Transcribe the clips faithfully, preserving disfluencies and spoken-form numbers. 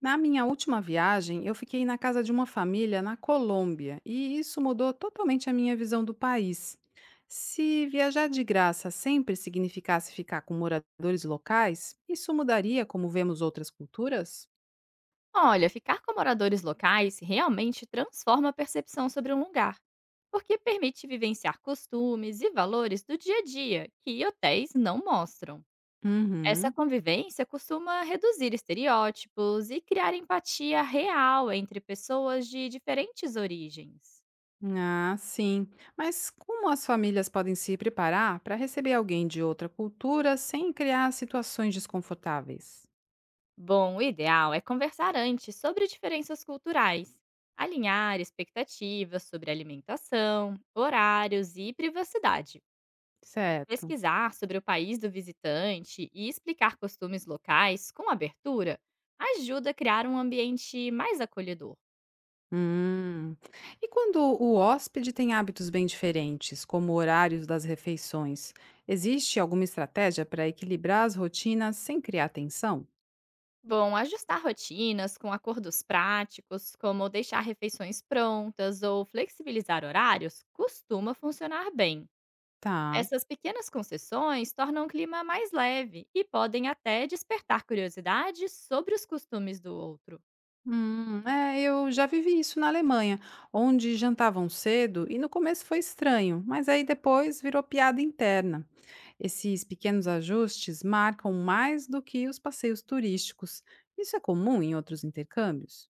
Na minha última viagem, eu fiquei na casa de uma família na Colômbia e isso mudou totalmente a minha visão do país. Se viajar de graça sempre significasse ficar com moradores locais, isso mudaria como vemos outras culturas? Olha, ficar com moradores locais realmente transforma a percepção sobre um lugar, porque permite vivenciar costumes e valores do dia a dia que hotéis não mostram. Essa Uhum. convivência costuma reduzir estereótipos e criar empatia real entre pessoas de diferentes origens. Ah, sim. Mas como as famílias podem se preparar para receber alguém de outra cultura sem criar situações desconfortáveis? Bom, o ideal é conversar antes sobre diferenças culturais, alinhar expectativas sobre alimentação, horários e privacidade. Certo. Pesquisar sobre o país do visitante e explicar costumes locais com abertura ajuda a criar um ambiente mais acolhedor. Hum. E quando o hóspede tem hábitos bem diferentes, como horários das refeições, existe alguma estratégia para equilibrar as rotinas sem criar tensão? Bom, ajustar rotinas com acordos práticos, como deixar refeições prontas ou flexibilizar horários, costuma funcionar bem. Tá. Essas pequenas concessões tornam o clima mais leve e podem até despertar curiosidade sobre os costumes do outro. Hum, é, eu já vivi isso na Alemanha, onde jantavam cedo e no começo foi estranho, mas aí depois virou piada interna. Esses pequenos ajustes marcam mais do que os passeios turísticos. Isso é comum em outros intercâmbios?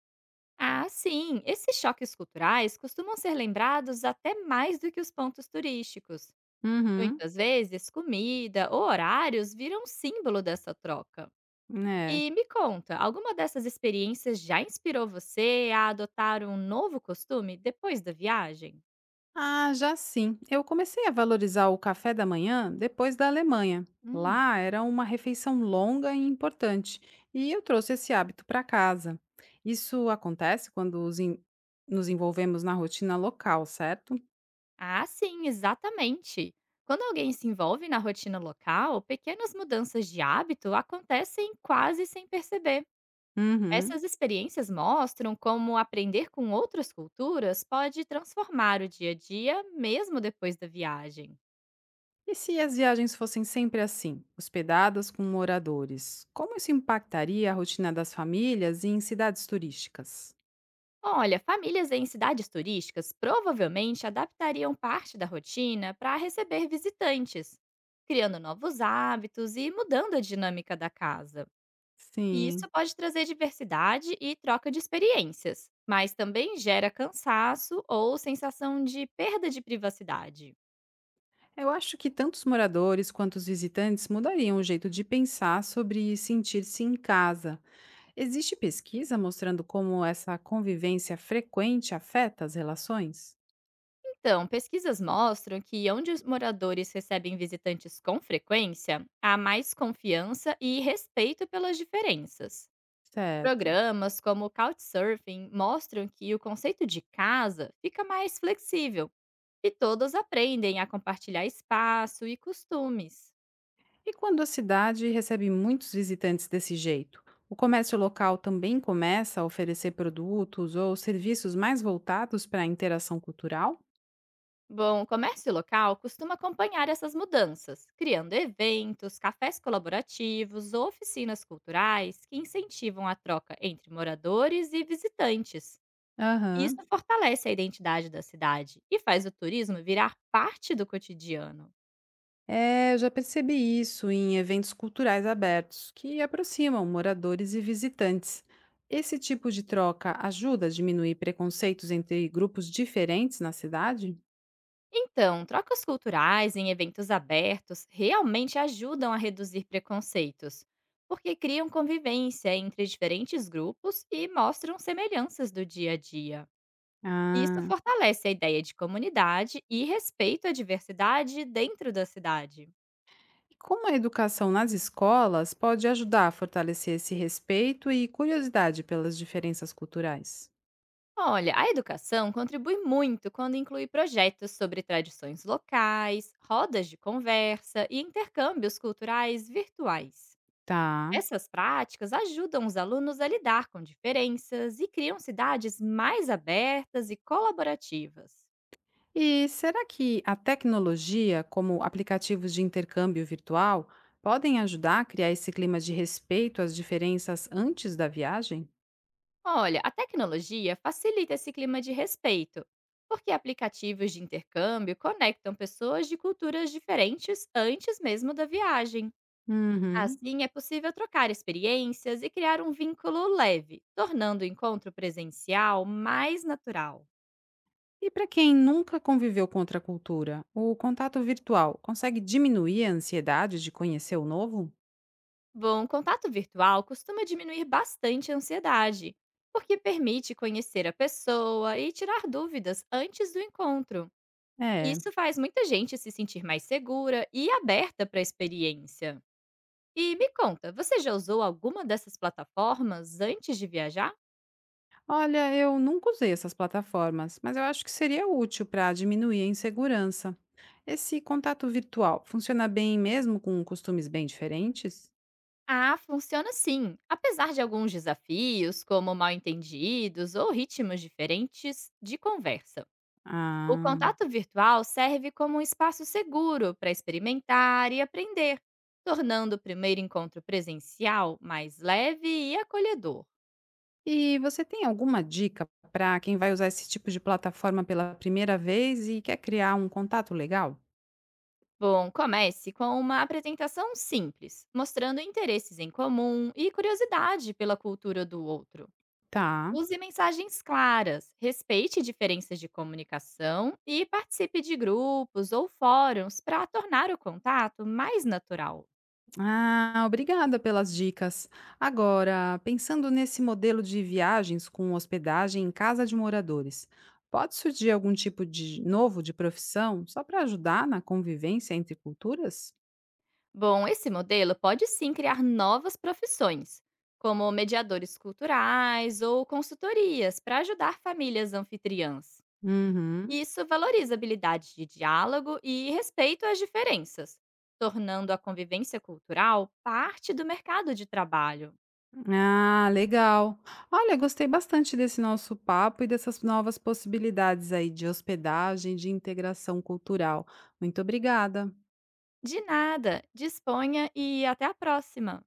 Ah, sim! Esses choques culturais costumam ser lembrados até mais do que os pontos turísticos. Uhum, Muitas vezes, comida ou horários viram um símbolo dessa troca. é. E me conta, alguma dessas experiências já inspirou você a adotar um novo costume depois da viagem? Ah, já sim. Eu comecei a valorizar o café da manhã depois da Alemanha. Hum. Lá era uma refeição longa e importante, e eu trouxe esse hábito para casa. Isso acontece quando os en- nos envolvemos na rotina local, certo? Ah, sim, exatamente! Quando alguém se envolve na rotina local, pequenas mudanças de hábito acontecem quase sem perceber. Uhum. Essas experiências mostram como aprender com outras culturas pode transformar o dia a dia, mesmo depois da viagem. E se as viagens fossem sempre assim, hospedadas com moradores? Como isso impactaria a rotina das famílias e em cidades turísticas? Olha, famílias em cidades turísticas provavelmente adaptariam parte da rotina para receber visitantes, criando novos hábitos e mudando a dinâmica da casa. E Sim. isso pode trazer diversidade e troca de experiências, mas também gera cansaço ou sensação de perda de privacidade. Eu acho que tanto os moradores quanto os visitantes mudariam o jeito de pensar sobre sentir-se em casa. Existe pesquisa mostrando como essa convivência frequente afeta as relações? Então, pesquisas mostram que onde os moradores recebem visitantes com frequência, há mais confiança e respeito pelas diferenças. Certo. Programas como o Couchsurfing mostram que o conceito de casa fica mais flexível e todos aprendem a compartilhar espaço e costumes. E quando a cidade recebe muitos visitantes desse jeito? O comércio local também começa a oferecer produtos ou serviços mais voltados para a interação cultural? Bom, o comércio local costuma acompanhar essas mudanças, criando eventos, cafés colaborativos ou oficinas culturais que incentivam a troca entre moradores e visitantes. E isso Aham. fortalece a identidade da cidade e faz o turismo virar parte do cotidiano. É, eu já percebi isso em eventos culturais abertos, que aproximam moradores e visitantes. Esse tipo de troca ajuda a diminuir preconceitos entre grupos diferentes na cidade? Então, trocas culturais em eventos abertos realmente ajudam a reduzir preconceitos, porque criam convivência entre diferentes grupos e mostram semelhanças do dia a dia. Isso Ah, fortalece a ideia de comunidade e respeito à diversidade dentro da cidade. e como a educação nas escolas pode ajudar a fortalecer esse respeito e curiosidade pelas diferenças culturais? Olha, a educação contribui muito quando inclui projetos sobre tradições locais, rodas de conversa e intercâmbios culturais virtuais. Tá. Essas práticas ajudam os alunos a lidar com diferenças e criam cidades mais abertas e colaborativas. E será que a tecnologia, como aplicativos de intercâmbio virtual, podem ajudar a criar esse clima de respeito às diferenças antes da viagem? Olha, a tecnologia facilita esse clima de respeito, porque aplicativos de intercâmbio conectam pessoas de culturas diferentes antes mesmo da viagem. Uhum. Assim, é possível trocar experiências e criar um vínculo leve, tornando o encontro presencial mais natural. E para quem nunca conviveu com outra cultura, o contato virtual consegue diminuir a ansiedade de conhecer o novo? Bom, contato virtual costuma diminuir bastante a ansiedade, porque permite conhecer a pessoa e tirar dúvidas antes do encontro. É. Isso faz muita gente se sentir mais segura e aberta para a experiência. E me conta, você já usou alguma dessas plataformas antes de viajar? Olha, eu nunca usei essas plataformas, mas eu acho que seria útil para diminuir a insegurança. Esse contato virtual funciona bem mesmo com costumes bem diferentes? Ah, funciona sim. Apesar de alguns desafios, como mal-entendidos ou ritmos diferentes de conversa. O Ah. contato virtual serve como um espaço seguro para experimentar e aprender, tornando o primeiro encontro presencial mais leve e acolhedor. E você tem alguma dica para quem vai usar esse tipo de plataforma pela primeira vez e quer criar um contato legal? Bom, comece com uma apresentação simples, mostrando interesses em comum e curiosidade pela cultura do outro. Tá. Use mensagens claras, respeite diferenças de comunicação e participe de grupos ou fóruns para tornar o contato mais natural. Ah, obrigada pelas dicas. Agora, pensando nesse modelo de viagens com hospedagem em casa de moradores, pode surgir algum tipo de novo de profissão só para ajudar na convivência entre culturas? Bom, esse modelo pode sim criar novas profissões, como mediadores culturais ou consultorias para ajudar famílias anfitriãs. Uhum. Isso valoriza habilidades de diálogo e respeito às diferenças, tornando a convivência cultural parte do mercado de trabalho. Ah, legal. Olha, gostei bastante desse nosso papo e dessas novas possibilidades aí de hospedagem, de integração cultural. Muito obrigada. De nada. Disponha e até a próxima.